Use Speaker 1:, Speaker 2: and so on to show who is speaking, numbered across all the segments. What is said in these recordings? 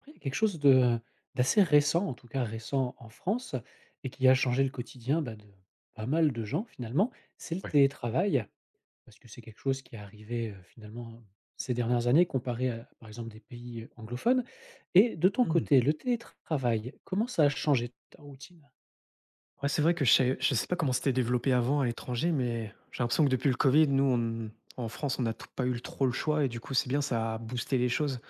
Speaker 1: Après, il y a quelque chose de d'assez récent, en tout cas récent en France, et qui a changé le quotidien, bah, de pas mal de gens finalement, c'est le
Speaker 2: Ouais.
Speaker 1: télétravail. Parce que c'est quelque chose qui est arrivé, finalement ces dernières années comparé à, par exemple, des pays anglophones. Et de ton
Speaker 2: Mmh.
Speaker 1: côté, le télétravail, comment ça a changé ta routine?
Speaker 2: Ouais, c'est vrai que je sais pas comment c'était développé avant à l'étranger, mais j'ai l'impression que depuis le Covid, nous, on en France, on n'a t pas eu trop le choix et du coup, c'est bien, ça a boosté les choses,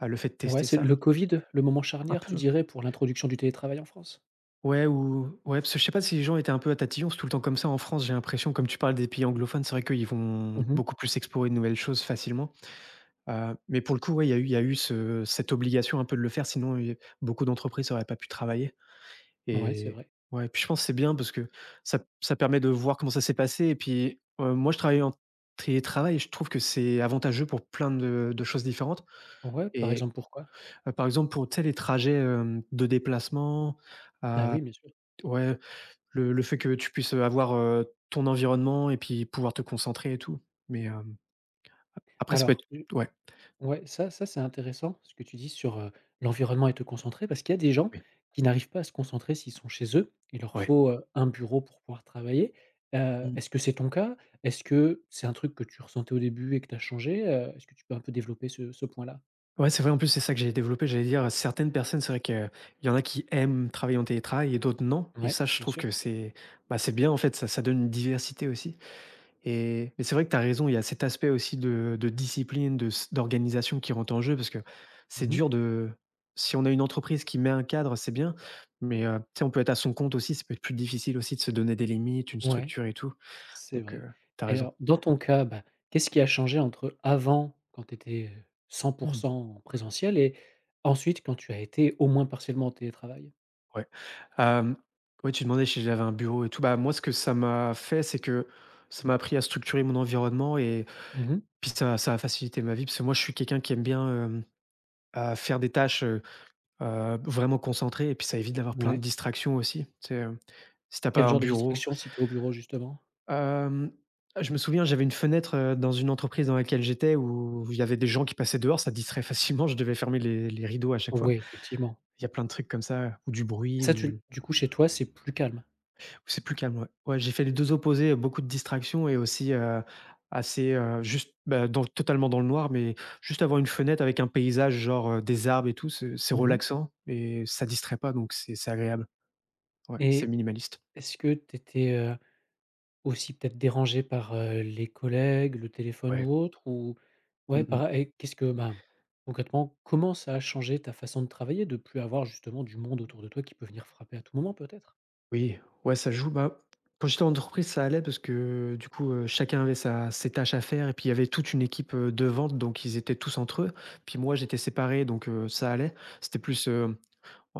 Speaker 2: le fait de
Speaker 1: Ouais,
Speaker 2: tester
Speaker 1: c'est
Speaker 2: ça.
Speaker 1: le Covid, le moment
Speaker 2: Un
Speaker 1: charnière, tu
Speaker 2: peu.
Speaker 1: dirais, pour l'introduction du télétravail en France?
Speaker 2: Ouais, parce que je sais pas si les gens étaient un peu à tatillon, c'est tout le temps comme ça en France, j'ai l'impression, comme tu parles des pays anglophones, c'est vrai qu'ils vont
Speaker 1: Mmh.
Speaker 2: beaucoup plus explorer de nouvelles choses facilement. Mais pour le coup, ouais, il y a eu ce cette obligation un peu de le faire, sinon, beaucoup d'entreprises n'auraient pas pu travailler.
Speaker 1: Ouais, c'est
Speaker 2: Et
Speaker 1: vrai.
Speaker 2: ouais, puis je pense que c'est bien parce que ça permet de voir comment ça s'est passé et puis, moi je travaille en télétravail et je trouve que c'est avantageux pour plein de choses différentes
Speaker 1: Ouais, par
Speaker 2: et
Speaker 1: exemple, pourquoi?
Speaker 2: par exemple pour, tu sais, les trajets, de déplacement,
Speaker 1: Ah
Speaker 2: à
Speaker 1: oui, bien sûr.
Speaker 2: ouais, le fait que tu puisses, avoir, ton environnement et puis pouvoir te concentrer et tout. Mais, après ça peut être
Speaker 1: Alors.
Speaker 2: ouais,
Speaker 1: Ouais, ça c'est intéressant ce que tu dis sur, l'environnement et te concentrer, parce qu'il y a des gens
Speaker 2: oui,
Speaker 1: qui n'arrivent pas à se concentrer s'ils sont chez eux. Il leur
Speaker 2: ouais.
Speaker 1: faut, un bureau pour pouvoir travailler. Est-ce que c'est ton cas? Est-ce que c'est un truc que tu ressentais au début et que tu as changé? Est-ce que tu peux un peu développer ce point-là?
Speaker 2: Ouais, c'est vrai, en plus, c'est ça que j'ai développé. J'allais dire, certaines personnes, c'est vrai qu'il y en a qui aiment travailler en télétravail et d'autres non. Et
Speaker 1: Ouais,
Speaker 2: ça, je
Speaker 1: bien
Speaker 2: trouve que
Speaker 1: sûr.
Speaker 2: c'est bah, c'est bien, en fait, ça donne une diversité aussi. Et, mais c'est vrai que tu as raison, il y a cet aspect aussi de discipline, d'organisation qui rentre en jeu, parce que c'est
Speaker 1: Mmh.
Speaker 2: dur de... Si on a une entreprise qui met un cadre, c'est bien, mais tu sais, on peut être à son compte aussi, ça peut être plus difficile aussi de se donner des limites, une
Speaker 1: Ouais,
Speaker 2: structure et tout.
Speaker 1: c'est
Speaker 2: Donc,
Speaker 1: vrai.
Speaker 2: tu as
Speaker 1: Et
Speaker 2: raison.
Speaker 1: alors dans ton cas, bah, qu'est-ce qui a changé entre avant quand tu étais, 100% en présentiel, et ensuite quand tu as été au moins partiellement en télétravail?
Speaker 2: Ouais. Hem, ouais, tu demandais si j'avais un bureau et tout. Bah, moi, ce que ça m'a fait, c'est que ça m'a appris à structurer mon environnement et
Speaker 1: Mhm.
Speaker 2: puis ça a facilité ma vie parce que moi, je suis quelqu'un qui aime bien, à faire des tâches, vraiment concentrées et puis ça évite d'avoir plein de
Speaker 1: Ouais.
Speaker 2: distractions aussi. Tu sais, si t'as
Speaker 1: Quel
Speaker 2: pas un
Speaker 1: genre de
Speaker 2: bureau.
Speaker 1: distraction si tu es au bureau justement?
Speaker 2: Hem, je me souviens, j'avais une fenêtre, dans une entreprise dans laquelle j'étais où il y avait des gens qui passaient dehors, ça distrait facilement, je devais fermer les rideaux à chaque fois.
Speaker 1: Oui, effectivement.
Speaker 2: Il y a plein de trucs comme ça ou du bruit
Speaker 1: Ça, tu l
Speaker 2: ou
Speaker 1: du coup chez toi, c'est plus calme?
Speaker 2: C'est plus calme, ouais. Ouais, j'ai fait les 2 opposés, beaucoup de distractions et aussi, assez, juste, bah, dans totalement dans le noir, mais juste avoir une fenêtre avec un paysage genre, des arbres et tout, c'est
Speaker 1: Mmh mh.
Speaker 2: relaxant et ça distrait pas donc c'est agréable. Ouais, c'est
Speaker 1: Et
Speaker 2: minimaliste.
Speaker 1: est-ce que tu étais, aussi peut-être dérangée par, les collègues, le téléphone
Speaker 2: Ouais.
Speaker 1: ou autre? Ou
Speaker 2: Mmh
Speaker 1: ouais,
Speaker 2: mh.
Speaker 1: par et qu'est-ce que, ben, concrètement, comment ça a changé ta façon de travailler, de plus avoir justement du monde autour de toi qui peut venir frapper à tout moment peut-être?
Speaker 2: Oui, ouais, ça joue. Bah, quand j'étais en entreprise, ça allait parce que du coup, chacun avait sa ses tâches à faire et puis il y avait toute une équipe, de vente donc ils étaient tous entre eux. Puis moi, j'étais séparé donc ça allait. C'était plus,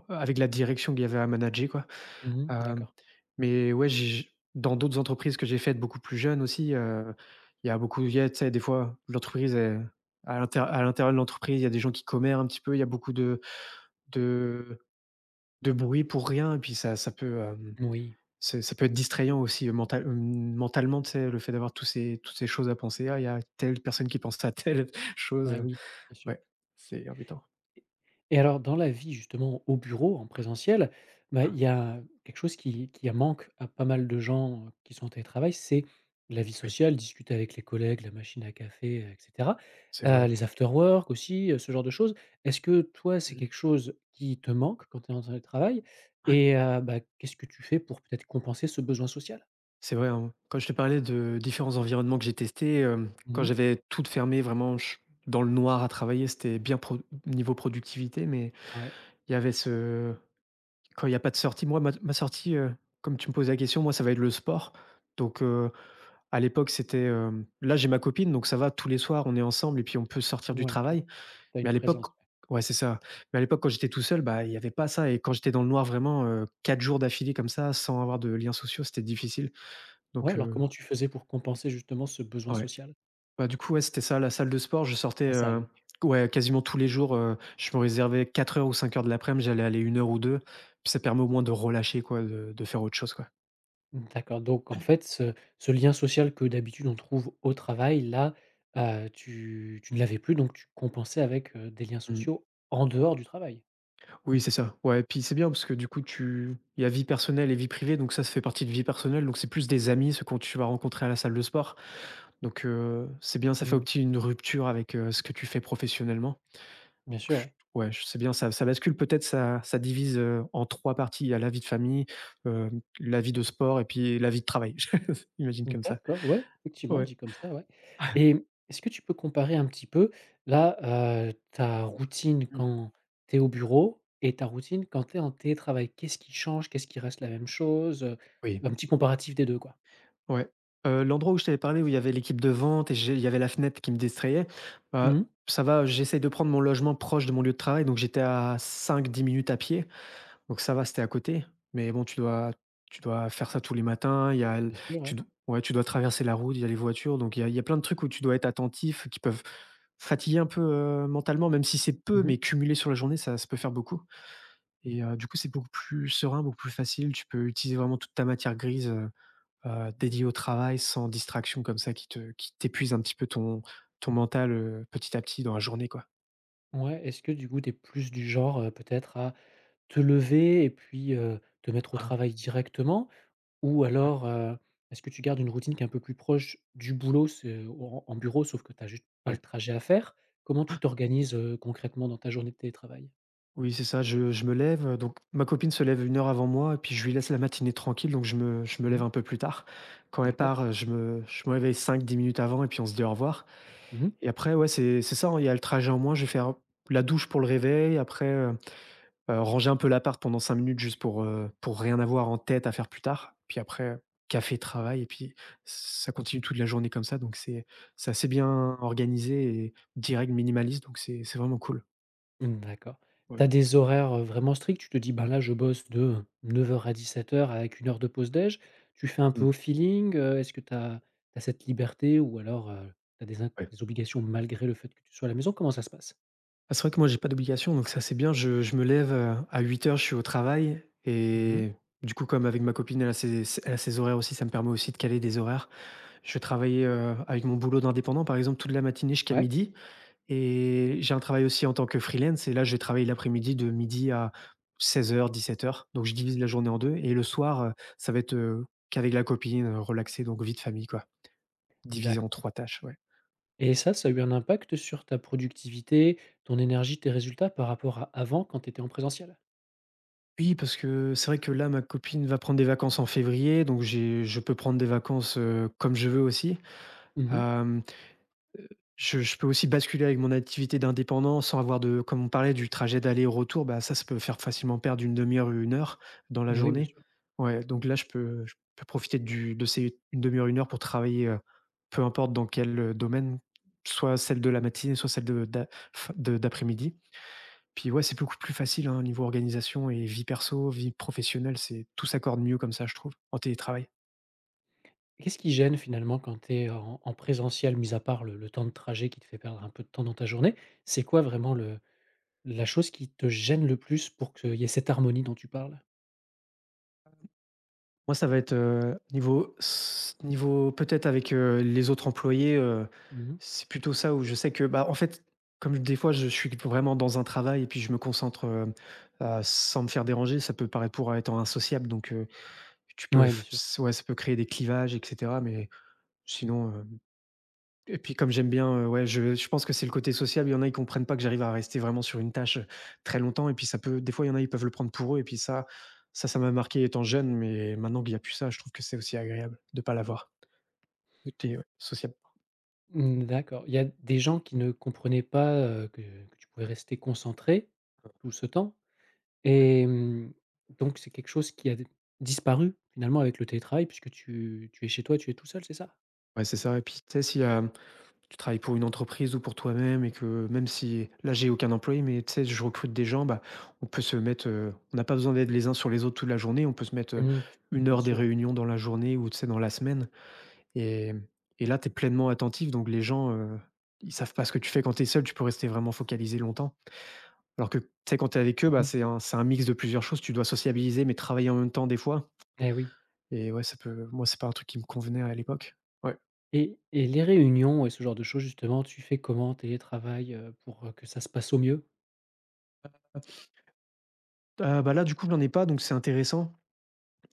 Speaker 2: avec la direction qu'il y avait à manager, quoi.
Speaker 1: Mmh mh,
Speaker 2: Hem,
Speaker 1: d'accord.
Speaker 2: mais ouais, j'ai dans d'autres entreprises que j'ai faites beaucoup plus jeunes aussi, il y a beaucoup tu sais, des fois, l'entreprise est à l'intérieur de l'entreprise, il y a des gens qui commèrent un petit peu, il y a beaucoup de bruit pour rien et puis ça peut,
Speaker 1: Moui.
Speaker 2: c'est ça peut être distrayant aussi, mentalement, tu sais, le fait d'avoir tous ces toutes ces choses à penser. Ah, il y a telle personne qui pense à telle
Speaker 1: Ah
Speaker 2: chose,
Speaker 1: oui, bien sûr.
Speaker 2: ouais, c'est embêtant.
Speaker 1: Et alors dans la vie justement au bureau, en présentiel, bah,
Speaker 2: Ah
Speaker 1: il y a quelque chose qui manque à pas mal de gens, qui sont en télétravail, c'est la vie
Speaker 2: oui,
Speaker 1: sociale, discuter avec les collègues, la machine à café, et cetera.
Speaker 2: c'est vrai.
Speaker 1: Les after work aussi, ce genre de choses. Est-ce que toi, c'est
Speaker 2: Mmh.
Speaker 1: quelque chose qui te manque quand tu es en télétravail? Et, bah, qu'est-ce que tu fais pour peut-être compenser ce besoin social?
Speaker 2: C'est vrai, hein. Quand je te parlais de différents environnements que j'ai testés, quand
Speaker 1: Mmh.
Speaker 2: j'avais tout fermé, vraiment ch dans le noir à travailler, c'était bien pro niveau productivité, mais
Speaker 1: Ouais,
Speaker 2: il y avait ce quand il y a pas de sortie, moi, ma sortie, comme tu me poses la question, moi, ça va être le sport. Donc, à l'époque, c'était, là, j'ai ma copine, donc ça va, tous les soirs, on est ensemble et puis on peut sortir du
Speaker 1: ouais, tu
Speaker 2: travail.
Speaker 1: as
Speaker 2: Mais à
Speaker 1: une
Speaker 2: l'époque
Speaker 1: présence, ouais.
Speaker 2: ouais, c'est ça. Mais à l'époque, quand j'étais tout seul, bah, il y avait pas ça et quand j'étais dans le noir vraiment, 4 jours d'affilée comme ça, sans avoir de liens sociaux, c'était difficile.
Speaker 1: Ouais,
Speaker 2: Donc,
Speaker 1: alors comment tu faisais pour compenser justement ce besoin
Speaker 2: ouais.
Speaker 1: social?
Speaker 2: Bah, du coup, ouais, c'était ça, la salle de sport. Je sortais,
Speaker 1: À la Ouais.
Speaker 2: ouais, quasiment tous les jours, je me réservais quatre heures ou cinq heures de l'après-midi, j'allais aller une heure ou deux. Puis ça permet au moins de relâcher quoi, de faire autre chose, quoi.
Speaker 1: D'accord, donc en fait, ce lien social que d'habitude on trouve au travail, là, tu ne l'avais plus, donc tu compensais avec, des liens
Speaker 2: Mmh.
Speaker 1: sociaux en dehors du travail?
Speaker 2: Oui, c'est ça. Ouais, et puis c'est bien parce que du coup tu il y a vie personnelle et vie privée, donc ça fait partie de vie personnelle, donc c'est plus des amis, ceux que tu vas rencontrer à la salle de sport. Donc, c'est bien, ça fait
Speaker 1: Mmh.
Speaker 2: aussi une rupture avec, ce que tu fais professionnellement. Donc,
Speaker 1: Bien sûr,
Speaker 2: Je
Speaker 1: ouais.
Speaker 2: ouais, je c'est bien, ça bascule peut-être, ça divise, en 3 parties. Il y a la vie de famille, heu, la vie de sport et puis la vie de travail. Imagine comme ça.
Speaker 1: D'accord, ouais, effectivement,
Speaker 2: Ouais.
Speaker 1: dit comme ça, ouais. Et est-ce que tu peux comparer un petit peu, là, ta routine
Speaker 2: Mmh.
Speaker 1: quand tu es au bureau et ta routine quand tu es en télétravail? Qu'est-ce qui change? Qu'est-ce qui reste la même chose?
Speaker 2: Oui.
Speaker 1: Un petit comparatif des 2, quoi.
Speaker 2: Ouais. L'endroit où je t'avais parlé où il y avait l'équipe de vente et j'ai il y avait la fenêtre qui me distrayait, heu,
Speaker 1: Mmh.
Speaker 2: ça va, j'essaie de prendre mon logement proche de mon lieu de travail, donc j'étais à cinq dix minutes à pied. Donc ça va, c'était à côté, mais bon, tu dois faire ça tous les matins. Il y a l
Speaker 1: Bien sûr,
Speaker 2: tu
Speaker 1: ouais.
Speaker 2: d ouais, tu dois traverser la route, il y a les voitures, donc il y a plein de trucs où tu dois être attentif, qui peuvent fatiguer un peu, mentalement, même si c'est peu,
Speaker 1: Mmh.
Speaker 2: mais cumulé sur la journée, ça peut faire beaucoup et du coup, c'est beaucoup plus serein, beaucoup plus facile. Tu peux utiliser vraiment toute ta matière grise, dédiée au travail, sans distraction comme ça qui t'épuise un petit peu ton mental, petit à petit dans la journée, quoi.
Speaker 1: Ouais, est-ce que du coup, tu es plus du genre, peut-être à te lever et puis, te mettre au
Speaker 2: Hein,
Speaker 1: travail directement? Ou
Speaker 2: ouais,
Speaker 1: alors, est-ce que tu gardes une routine qui est un peu plus proche du boulot, c'est en bureau, sauf que tu as juste pas le
Speaker 2: ouais.
Speaker 1: trajet à faire? Comment tu t'organises, concrètement dans ta journée de télétravail?
Speaker 2: Oui, c'est ça, je me lève, donc ma copine se lève une heure avant moi et puis je lui laisse la matinée tranquille, donc je me lève
Speaker 1: Mmh.
Speaker 2: un peu plus tard. Quand elle
Speaker 1: D'accord.
Speaker 2: part, je me réveille cinq dix minutes avant et puis on se dit au revoir
Speaker 1: Mmh.
Speaker 2: et après, ouais, c'est ça, hein, il y a le trajet en moins, je vais faire la douche pour le réveil, après, ranger un peu l'appart pendant 5 minutes juste pour rien avoir en tête à faire plus tard, puis après, café, travail et puis ça continue toute la journée comme ça, donc c'est assez bien organisé et direct, minimaliste, donc c'est vraiment cool.
Speaker 1: Mmh, d'accord. Tu
Speaker 2: Ouais.
Speaker 1: as des horaires, vraiment stricts? Tu te dis: «Ben, là, je bosse de, heures à 17 h avec une heure de pause déj». Tu fais un peu
Speaker 2: Mmh.
Speaker 1: au feeling? Est-ce que tu as cette liberté, ou alors, tu as des obligations malgré le fait que tu sois à la maison? Comment ça se passe?
Speaker 2: Ah, c'est vrai que moi, j'ai pas d'obligation, donc ça, c'est bien. Je me lève, à huit heures, je suis au travail
Speaker 1: Mmh.
Speaker 2: et du coup, comme avec ma copine, elle a ses ses elle a ses horaires aussi, ça me permet aussi de caler des horaires. Je vais travailler, avec mon boulot d'indépendant, par exemple, toute la matinée jusqu'à
Speaker 1: Ouais,
Speaker 2: midi et j'ai un travail aussi en tant que freelance et là, je vais travailler l'après-midi de midi à seize heures dix-sept heures. Donc je divise la journée en 2 et le soir, ça va être, qu'avec la copine, relaxé, donc vie de famille, quoi, divisé en
Speaker 1: d'accord.
Speaker 2: 3 tâches, ouais.
Speaker 1: Et ça a eu un impact sur ta productivité, ton énergie, tes résultats par rapport à avant quand tu étais en présentiel?
Speaker 2: Oui, parce que c'est vrai que là, ma copine va prendre des vacances en février, donc j'ai je peux prendre des vacances, comme je veux aussi.
Speaker 1: Mmh mh.
Speaker 2: Hem, je peux aussi basculer avec mon activité d'indépendant sans avoir de comme on parlait du trajet d'aller-retour, bah, ça peut faire facilement perdre une demi 2 heure, une heure dans la
Speaker 1: Et oui, bien
Speaker 2: journée.
Speaker 1: sûr.
Speaker 2: Ouais, donc là, je peux profiter du de ces une demi heure, une heure pour travailler, peu importe dans quel, domaine, soit celle de la matinée, soit celle de d'a fin de d'après-midi. Puis ouais, c'est beaucoup plus facile, hein, niveau organisation et vie perso, vie professionnelle, c'est tout s'accorde mieux comme ça, je trouve, en télétravail.
Speaker 1: Qu'est-ce qui gêne finalement quand tu es en présentiel, mis à part le temps de trajet qui te fait perdre un peu de temps dans ta journée? C'est quoi vraiment le La chose qui te gêne le plus pour qu'il y ait cette harmonie dont tu parles?
Speaker 2: Moi, ça va être, niveau peut-être avec, les autres employés,
Speaker 1: Mmh mh.
Speaker 2: c'est plutôt ça où je sais que, bah, en fait, comme des fois je suis vraiment dans un travail et puis je me concentre, sans me faire déranger, ça peut paraître pour être insociable, donc tu peux
Speaker 1: Ouais, bien
Speaker 2: f
Speaker 1: sûr.
Speaker 2: s ouais, ça peut créer des clivages, et cetera, mais sinon. Et puis comme j'aime bien, ouais, je pense que c'est le côté social. Il y en a, ils comprennent pas que j'arrive à rester vraiment sur une tâche, très longtemps. Et puis ça peut des fois, il y en a, ils peuvent le prendre pour eux, et puis ça m'a marqué étant jeune, mais maintenant qu'il y a plus ça, je trouve que c'est aussi agréable de pas l'avoir. Côté, ouais, social.
Speaker 1: Mmh, d'accord. Il y a des gens qui ne comprenaient pas, que tu pouvais rester concentré tout ce temps,
Speaker 2: Ouais.
Speaker 1: et donc c'est quelque chose qui a d disparu finalement avec le télétravail, puisque tu es chez toi, tu es tout seul, c'est ça?
Speaker 2: Ouais, c'est ça. Et puis, tu sais, si, tu travailles pour une entreprise ou pour toi-même, et que même si là, j'ai aucun employé, mais tu sais, je recrute des gens, bah, on peut se mettre, on n'a pas besoin d'être les uns sur les autres toute la journée. On peut se mettre,
Speaker 1: Mmh.
Speaker 2: 1
Speaker 1: Bien
Speaker 2: heure des
Speaker 1: sûr, ouais.
Speaker 2: réunions dans la journée, ou, tu sais, dans la semaine. Et là, tu es pleinement attentif, donc les gens, ils savent pas ce que tu fais. Quand tu es seul, tu peux rester vraiment focalisé longtemps. Alors que, tu sais, quand tu es avec eux, bah,
Speaker 1: Mmh mh.
Speaker 2: c'est un mix de plusieurs choses. Tu dois sociabiliser, mais travailler en même temps des fois.
Speaker 1: Eh oui.
Speaker 2: Et ouais, ça peut moi, c'est pas un truc qui me convenait à l'époque. Ouais.
Speaker 1: Et les réunions et ce genre de choses justement, tu fais comment en télétravail, pour, que ça se passe au mieux?
Speaker 2: Ah, bah, là, du coup, j'en ai pas, donc c'est intéressant,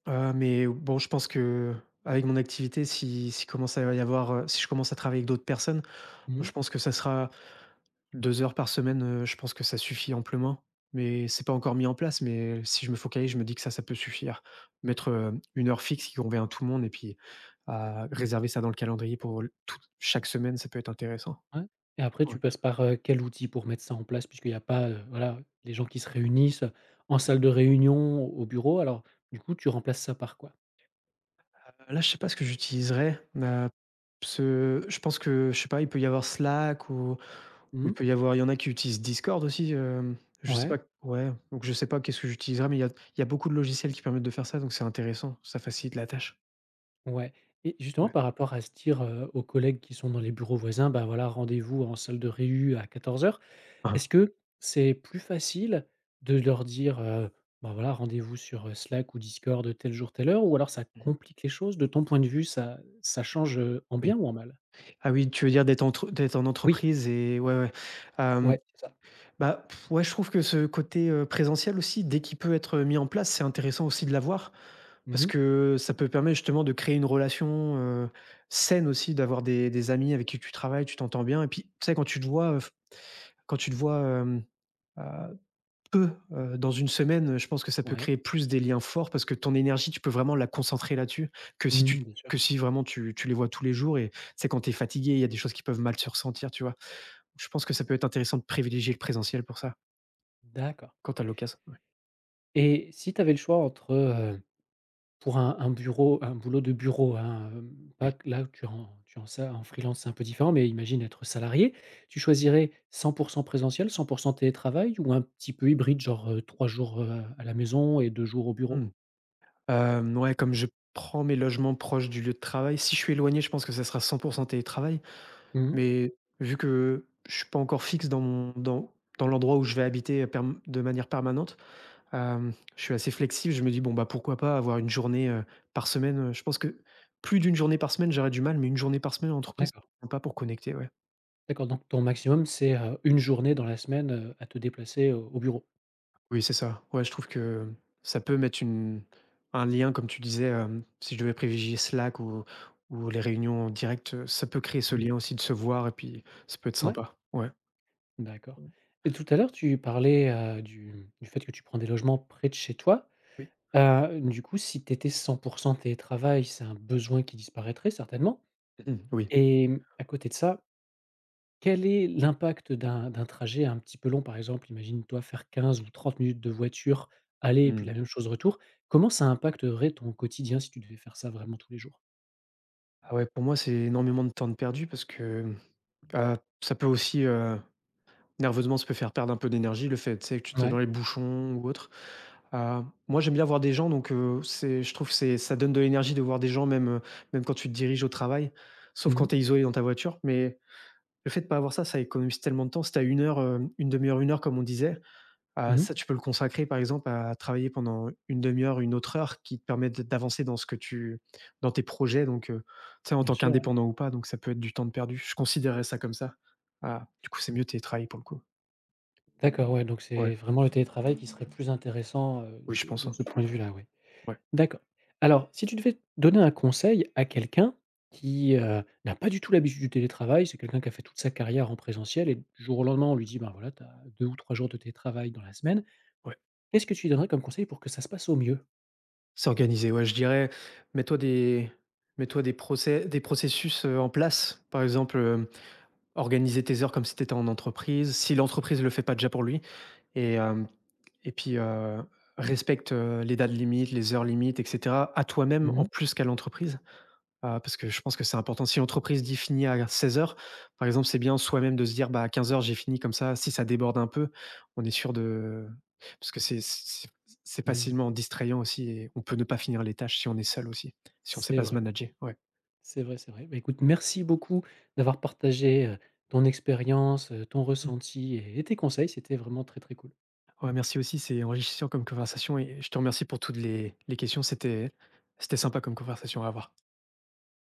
Speaker 2: mais bon, je pense que avec mon activité, si si commence à y avoir, si je commence à travailler avec d'autres personnes,
Speaker 1: Mmh
Speaker 2: je
Speaker 1: mh.
Speaker 2: pense que ça sera 2 heures par semaine, je pense que ça suffit amplement, mais c'est pas encore mis en place, mais si je me focalise, je me dis que ça peut suffire. Mettre, une heure fixe qui convient à tout le monde, et puis à réserver ça dans le calendrier pour l toute chaque semaine, ça peut être intéressant.
Speaker 1: Ouais, et après tu
Speaker 2: Ouais.
Speaker 1: passes par, quel outil pour mettre ça en place? Puisqu'il n'y a pas, voilà, les gens qui se réunissent en salle de réunion, au bureau. Alors du coup, tu remplaces ça par quoi?
Speaker 2: Là, je sais pas ce que j'utiliserais, ce je pense que, je sais pas, il peut y avoir Slack, ou
Speaker 1: Mmh.
Speaker 2: il y en a qui utilisent Discord aussi, je sais pas,
Speaker 1: Ouais,
Speaker 2: ouais, donc je sais pas qu'est-ce que j'utiliserais, mais il y a beaucoup de logiciels qui permettent de faire ça, donc c'est intéressant, ça facilite la tâche.
Speaker 1: ouais. Et justement
Speaker 2: Ouais.
Speaker 1: par rapport à se dire, aux collègues qui sont dans les bureaux voisins: «Bah, voilà, rendez-vous en salle de réu à 14 h». est
Speaker 2: Mmh
Speaker 1: Est-ce que c'est plus facile de leur dire, «Bah, voilà, rendez-vous sur, Slack ou Discord tel jour, telle heure», ou alors ça
Speaker 2: mh.
Speaker 1: complique les choses? De ton point de vue, ça change, en
Speaker 2: Oui.
Speaker 1: bien ou en mal?
Speaker 2: Ah oui, tu veux dire d'être en
Speaker 1: Oui,
Speaker 2: entreprise? Et ouais, ouais. Hem,
Speaker 1: ouais, c'est ça.
Speaker 2: Bah, pff, ouais, je trouve que ce côté, présentiel aussi, dès qu'il peut être mis en place, c'est intéressant aussi de l'avoir, parce
Speaker 1: Mmh.
Speaker 2: que ça peut permettre justement de créer une relation, heu, saine aussi, d'avoir des amis avec qui tu travailles, tu t'entends bien. Et puis, tu sais, quand tu te vois, heu, peu, dans une semaine, je pense que ça peut
Speaker 1: Ouais.
Speaker 2: créer plus des liens forts, parce que ton énergie, tu peux vraiment la concentrer là-dessus, que si tu
Speaker 1: Mmh, bien sûr.
Speaker 2: que si vraiment tu les vois tous les jours. Et c'est quand tu es fatigué, il y a des choses qui peuvent mal se ressentir, tu vois? Je pense que ça peut être intéressant de privilégier le présentiel pour ça,
Speaker 1: D'accord.
Speaker 2: quand t'as as l'occasion.
Speaker 1: Et si tu avais le choix entre, pour un boulot de bureau, hein, pas
Speaker 2: Oui.
Speaker 1: que là où tu es en ça en freelance, c'est un peu différent, mais imagine être salarié, tu choisirais 100% présentiel, 100% télétravail, ou un petit peu hybride, genre, 3 jours, à la maison et 2 jours au bureau?
Speaker 2: Mmh. Ouais, comme je prends mes logements proches du lieu de travail, si je suis éloigné, je pense que ça sera 100 télétravail.
Speaker 1: Mmh mh.
Speaker 2: Mais vu que je suis pas encore fixe dans mon dans dans l'endroit où je vais habiter, perm de manière permanente, je suis assez flexible. Je me dis: «Bon, bah, pourquoi pas avoir une journée, par semaine?» Je pense que plus d'une journée par semaine, j'aurais du mal, mais une journée par semaine en entreprise,
Speaker 1: D'accord,
Speaker 2: c'est sympa pour connecter, ouais.
Speaker 1: d'accord, donc ton maximum, c'est, 1 journée dans la semaine, à te déplacer au bureau?
Speaker 2: Oui, c'est ça. Ouais, je trouve que ça peut mettre une un lien, comme tu disais, si je devais privilégier Slack, ou les réunions en direct, ça peut créer ce
Speaker 1: Mmh.
Speaker 2: lien aussi de se voir, et puis ça peut être
Speaker 1: Ouais,
Speaker 2: sympa. Ouais,
Speaker 1: d'accord. Et tout à l'heure, tu parlais, du fait que tu prends des logements près de chez toi.
Speaker 2: oui.
Speaker 1: Du coup, si tu étais 100% télétravail, c'est un besoin qui disparaîtrait certainement.
Speaker 2: Mhm. Oui.
Speaker 1: Et à côté de ça, quel est l'impact d'un trajet un petit peu long? Par exemple, imagine-toi faire 15 ou 30 minutes de voiture aller et puis la
Speaker 2: Mmh.
Speaker 1: même chose retour. Comment ça impacterait ton quotidien si tu devais faire ça vraiment tous les jours?
Speaker 2: Ah ouais, pour moi, c'est énormément de temps de perdu, parce que, heu, ça peut aussi, nerveusement, ça peut faire perdre un peu d'énergie, le fait, tu sais, que tu t'es
Speaker 1: Ouais.
Speaker 2: dans les bouchons ou autre. Moi, j'aime bien voir des gens, donc c'est je trouve que c'est ça donne de l'énergie de voir des gens, même quand tu te diriges au travail, sauf
Speaker 1: Mmh
Speaker 2: quand
Speaker 1: mh.
Speaker 2: tu es isolé dans ta voiture. Mais le fait de pas avoir ça, ça économise tellement de temps. Si tu as 1 heure, 1/2 heure, une heure, comme on disait,
Speaker 1: Mmh mh.
Speaker 2: ça, tu peux le consacrer par exemple à travailler pendant une demi heure, une autre heure qui te permet de d'avancer dans tes projets, donc tu sais, en
Speaker 1: Bien
Speaker 2: tant
Speaker 1: sûr, ouais.
Speaker 2: qu'indépendant ou pas, donc ça peut être du temps de perdu. Je considérerais ça comme ça. Ah, du coup c'est mieux télétravail pour le coup.
Speaker 1: D'accord, ouais, donc
Speaker 2: Ouais,
Speaker 1: c'est vraiment le télétravail qui serait plus intéressant,
Speaker 2: oui je pense,
Speaker 1: de
Speaker 2: hein.
Speaker 1: ce point de vue-là, ouais.
Speaker 2: Ouais,
Speaker 1: D'accord. Alors, si tu devais donner un conseil à quelqu'un qui, n'a pas du tout l'habitude du télétravail, c'est quelqu'un qui a fait toute sa carrière en présentiel et du jour au lendemain, on lui dit: «Ben, voilà, tu as 2 ou 3 jours de télétravail dans la semaine».
Speaker 2: ouais.
Speaker 1: Qu'est-ce que tu lui donnerais comme conseil pour que ça se passe au mieux?
Speaker 2: S'organiser, ouais, je dirais, mets-toi des mets-toi des processus, en place. Par exemple, organiser tes heures comme si tu étais en entreprise. Si l'entreprise ne le fait pas déjà pour lui. Et hem et puis, respecte, les dates limites, les heures limites, et cetera, à toi-même,
Speaker 1: Mmh
Speaker 2: en
Speaker 1: mh.
Speaker 2: plus qu'à l'entreprise. Parce que je pense que c'est important. Si l'entreprise dit: «Fini à 16 heures», par exemple, c'est bien soi-même de se dire: «Bah, à 15 heures j'ai fini», comme ça, si ça déborde un peu, on est sûr de, parce que c'est
Speaker 1: Mmh.
Speaker 2: facilement distrayant aussi, et on peut ne pas finir les tâches si on est seul aussi, si on ne sait
Speaker 1: C'est
Speaker 2: pas se
Speaker 1: vrai.
Speaker 2: manager, ouais.
Speaker 1: C'est vrai, c'est vrai. Bah, écoute, merci beaucoup d'avoir partagé, ton expérience, ton
Speaker 2: Mmh.
Speaker 1: ressenti tes conseils. C'était vraiment très, très cool.
Speaker 2: Ouais, merci aussi, c'est enrichissant comme conversation et je te remercie pour toutes les questions. C'était sympa comme conversation à avoir.